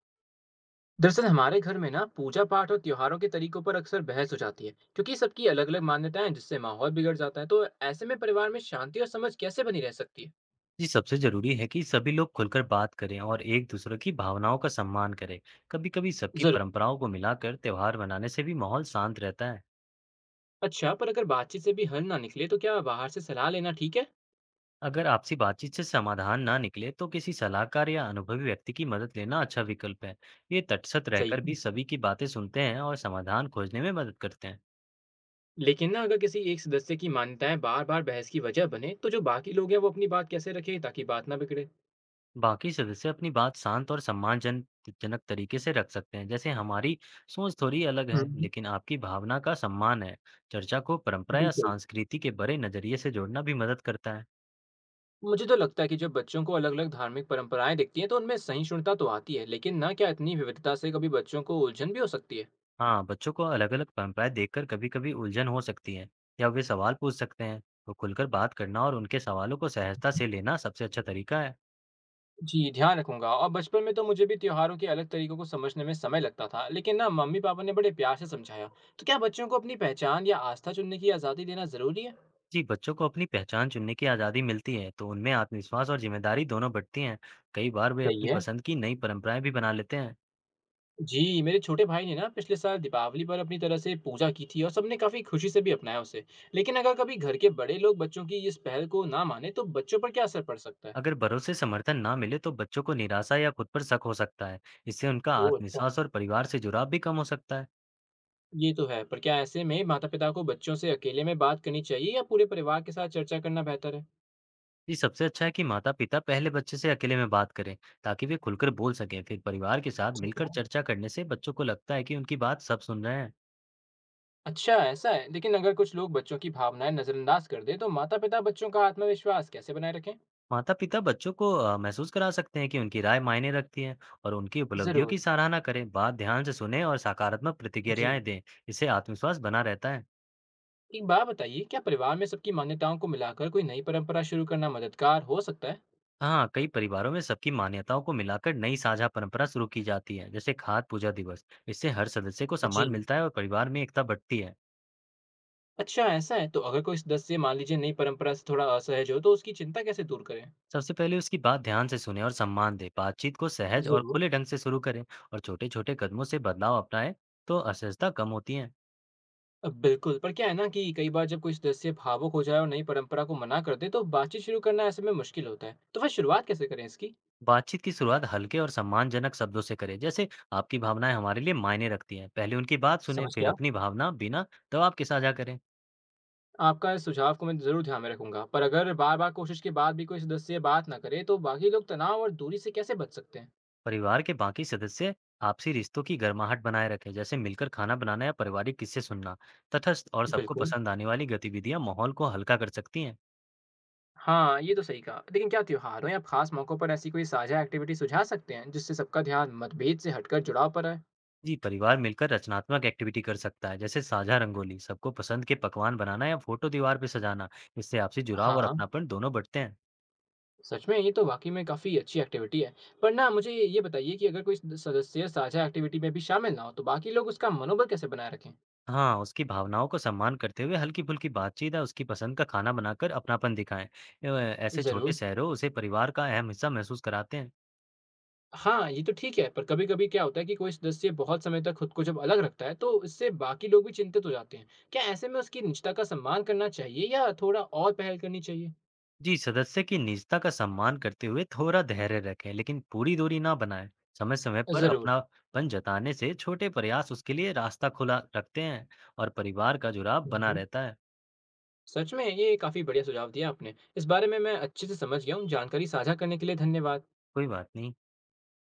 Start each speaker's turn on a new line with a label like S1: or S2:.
S1: दरअसल हमारे घर में ना पूजा पाठ और त्योहारों के तरीकों पर अक्सर बहस हो जाती है क्योंकि सबकी अलग अलग मान्यताएं हैं जिससे माहौल बिगड़ जाता है तो ऐसे में परिवार में शांति और समझ कैसे बनी रह सकती है।
S2: जी, सबसे जरूरी है कि सभी लोग खुलकर बात करें और एक दूसरे की भावनाओं का सम्मान करें। कभी-कभी सबकी
S1: जरूर।
S2: परंपराओं को मिलाकर त्योहार मनाने से भी माहौल शांत रहता है।
S1: अच्छा, पर अगर बातचीत से भी हल ना निकले तो क्या बाहर से सलाह लेना ठीक है?
S2: अगर आपसी बातचीत से समाधान ना निकले, तो किसी सलाहकार या अनुभवी व्यक्ति की मदद लेना अच्छा विकल्प है। ये तटस्थ
S1: सही
S2: रहकर
S1: है।
S2: भी सभी की बातें सुनते हैं और समाधान खोजने में मदद करते हैं।
S1: लेकिन ना अगर किसी एक सदस्य की मान्यताएं बार बार बहस की वजह बने तो जो बाकी लोग हैं वो अपनी बात कैसे रखें ताकि बात ना बिगड़े।
S2: बाकी सदस्य अपनी बात शांत और सम्मानजन जनक तरीके से रख सकते हैं, जैसे हमारी सोच थोड़ी अलग है
S1: हम्म।
S2: लेकिन आपकी भावना का सम्मान है। चर्चा को परंपरा या
S1: बिल्कुल।
S2: संस्कृति के बड़े नजरिए से जोड़ना भी मदद करता है।
S1: मुझे तो लगता है कि जब बच्चों को अलग अलग धार्मिक परंपराएं दिखती हैं तो उनमें सहिष्णुता तो आती है, लेकिन ना क्या इतनी विविधता से कभी बच्चों को उलझन भी हो सकती है?
S2: हाँ, बच्चों को अलग अलग परंपराएं देखकर कभी कभी उलझन हो सकती है या वे सवाल पूछ सकते हैं। तो खुलकर बात करना और उनके सवालों को सहजता से लेना सबसे अच्छा तरीका है।
S1: जी, ध्यान रखूँगा। और बचपन में तो मुझे भी त्योहारों के अलग तरीकों को समझने में समय लगता था, लेकिन ना मम्मी-पापा ने बड़े प्यार से समझाया। तो क्या बच्चों को अपनी पहचान या आस्था चुनने की आज़ादी देना ज़रूरी है?
S2: जी, बच्चों को अपनी पहचान चुनने की आज़ादी मिलती है तो उनमें आत्मविश्वास और जिम्मेदारी दोनों बढ़ती हैं। कई बार वे
S1: सही
S2: अपनी
S1: है।
S2: पसंद की नई परंपराएं भी बना लेते हैं।
S1: जी, मेरे छोटे भाई ने ना पिछले साल दीपावली पर अपनी तरह से पूजा की थी और सबने काफ़ी खुशी से भी अपनाया उसे। लेकिन अगर कभी घर के बड़े लोग बच्चों की इस पहल को ना माने, तो बच्चों पर क्या असर पड़ सकता है?
S2: अगर भरोसे समर्थन ना मिले तो बच्चों को निराशा या खुद पर शक हो सकता है। इससे उनका
S1: ओह, अच्छा।
S2: आत्मविश्वास और परिवार से जुड़ाव भी कम हो सकता है।
S1: ये तो है, पर क्या ऐसे में माता-पिता को बच्चों से अकेले में बात करनी चाहिए या पूरे परिवार के साथ चर्चा करना बेहतर
S2: ये सबसे अच्छा है कि माता पिता पहले बच्चे से अकेले में बात करें, ताकि वे खुलकर बोल सकें। फिर परिवार के साथ मिलकर
S1: है?
S2: चर्चा करने से बच्चों को लगता है कि उनकी बात सब सुन रहे हैं।
S1: अच्छा, ऐसा है। लेकिन अगर कुछ लोग बच्चों की भावनाएँ नज़रअंदाज कर दें, तो माता-पिता बच्चों का आत्मविश्वास कैसे बनाए रखें?
S2: माता पिता बच्चों को महसूस करा सकते हैं कि उनकी राय मायने रखती है और उनकी उपलब्धियों
S1: ज़रूर,
S2: की सराहना करें। बात ध्यान से सुने और सकारात्मक
S1: जी।
S2: प्रतिक्रियाएं दें। इससे आत्मविश्वास बना रहता है।
S1: एक बात बताइए, क्या परिवार में सबकी मान्यताओं को मिलाकर कोई नई परंपरा शुरू करना मददगार हो सकता है?
S2: हाँ, कई परिवारों में सबकी मान्यताओं को मिलाकर नई साझा परंपरा शुरू की जाती है, जैसे खाद पूजा दिवस। इससे हर सदस्य को
S1: जी।
S2: सम्मान मिलता है और परिवार में एकता बढ़ती है।
S1: अच्छा, ऐसा है। तो अगर कोई सदस्य मान लीजिए नई परंपरा से थोड़ा असहज हो, तो उसकी चिंता कैसे दूर करें?
S2: सबसे पहले उसकी बात ध्यान से सुने और सम्मान दे। बातचीत को सहज और
S1: ज़रूर।
S2: खुले ढंग से शुरू करें और छोटे-छोटे कदमों से बदलाव अपनाएं, तो असहजता कम होती है।
S1: बिल्कुल, पर क्या है ना कि कई बार जब कोई सदस्य भावुक हो जाए और नई परंपरा को मना कर दे, तो बातचीत शुरू करना ऐसे में मुश्किल होता है। तो वह शुरुआत कैसे करें इसकी?
S2: बातचीत की शुरुआत हल्के और सम्मानजनक शब्दों से करें, जैसे आपकी भावनाएं हमारे लिए मायने रखती हैं। पहले उनकी बात सुने,
S1: समझ
S2: फिर
S1: गया।
S2: अपनी भावना बिना दबाव के साझा करें।
S1: आपका इस सुझाव को मैं ज़रूर ध्यान में रखूँगा, पर अगर बार-बार कोशिश के बाद भी कोई सदस्य बात ना करे, तो बाकी लोग तनाव और दूरी से कैसे बच सकते हैं?
S2: परिवार के बाकी सदस्य आपसी रिश्तों की गर्माहट बनाए रखें, जैसे मिलकर खाना बनाना या पारिवारिक किस्से सुनना। तटस्थ और सबको
S1: बिल्कुल।
S2: पसंद आने वाली गतिविधियां माहौल को हल्का कर सकती हैं।
S1: हाँ, ये तो सही कहा। लेकिन क्या त्योहारों या खास मौकों पर ऐसी कोई साझा एक्टिविटी सुझा सकते हैं, जिससे सबका ध्यान मतभेद से हटकर जुड़ाव पर आए?
S2: जी, परिवार मिलकर रचनात्मक एक्टिविटी कर सकता है, जैसे साझा रंगोली, सबको पसंद के पकवान बनाना या फोटो दीवार पर सजाना। इससे आपसी जुड़ाव और
S1: हाँ,
S2: अपनापन दोनों बढ़ते हैं।
S1: सच में ये तो वाकई में काफ़ी अच्छी एक्टिविटी है। पर ना मुझे ये बताइए कि अगर कोई सदस्य साझा एक्टिविटी में भी शामिल ना हो, तो बाकी लोग उसका मनोबल कैसे बनाए रखें?
S2: हाँ, उसकी भावनाओं को सम्मान करते हुए हल्की फुल्की बातचीत या उसकी पसंद का खाना बनाकर अपनापन दिखाएं। ऐसे छोटे
S1: ज़रूर।
S2: शहरों उसे परिवार का अहम हिस्सा महसूस कराते हैं।
S1: हाँ, ये तो ठीक है, पर कभी-कभी क्या होता है कि कोई सदस्य बहुत समय तक खुद को जब अलग रखता है, तो इससे बाकी लोग भी चिंतित हो जाते हैं। क्या ऐसे में उसकी निजता का सम्मान करना चाहिए या थोड़ा और पहल करनी चाहिए?
S2: जी, सदस्य की निजता का सम्मान करते हुए थोड़ा धैर्य रखें, लेकिन पूरी दूरी ना बनाएं। समय-समय पर
S1: ज़रूर।
S2: अपनापन जताने से छोटे प्रयास उसके लिए रास्ता खुला रखते हैं और परिवार का जुड़ाव
S1: हुँ,
S2: बना
S1: हुँ।
S2: रहता है।
S1: सच में ये काफ़ी बढ़िया सुझाव दिया आपने। इस बारे में मैं अच्छे से समझ गया हूँ। जानकारी साझा करने के लिए धन्यवाद।
S2: कोई बात नहीं।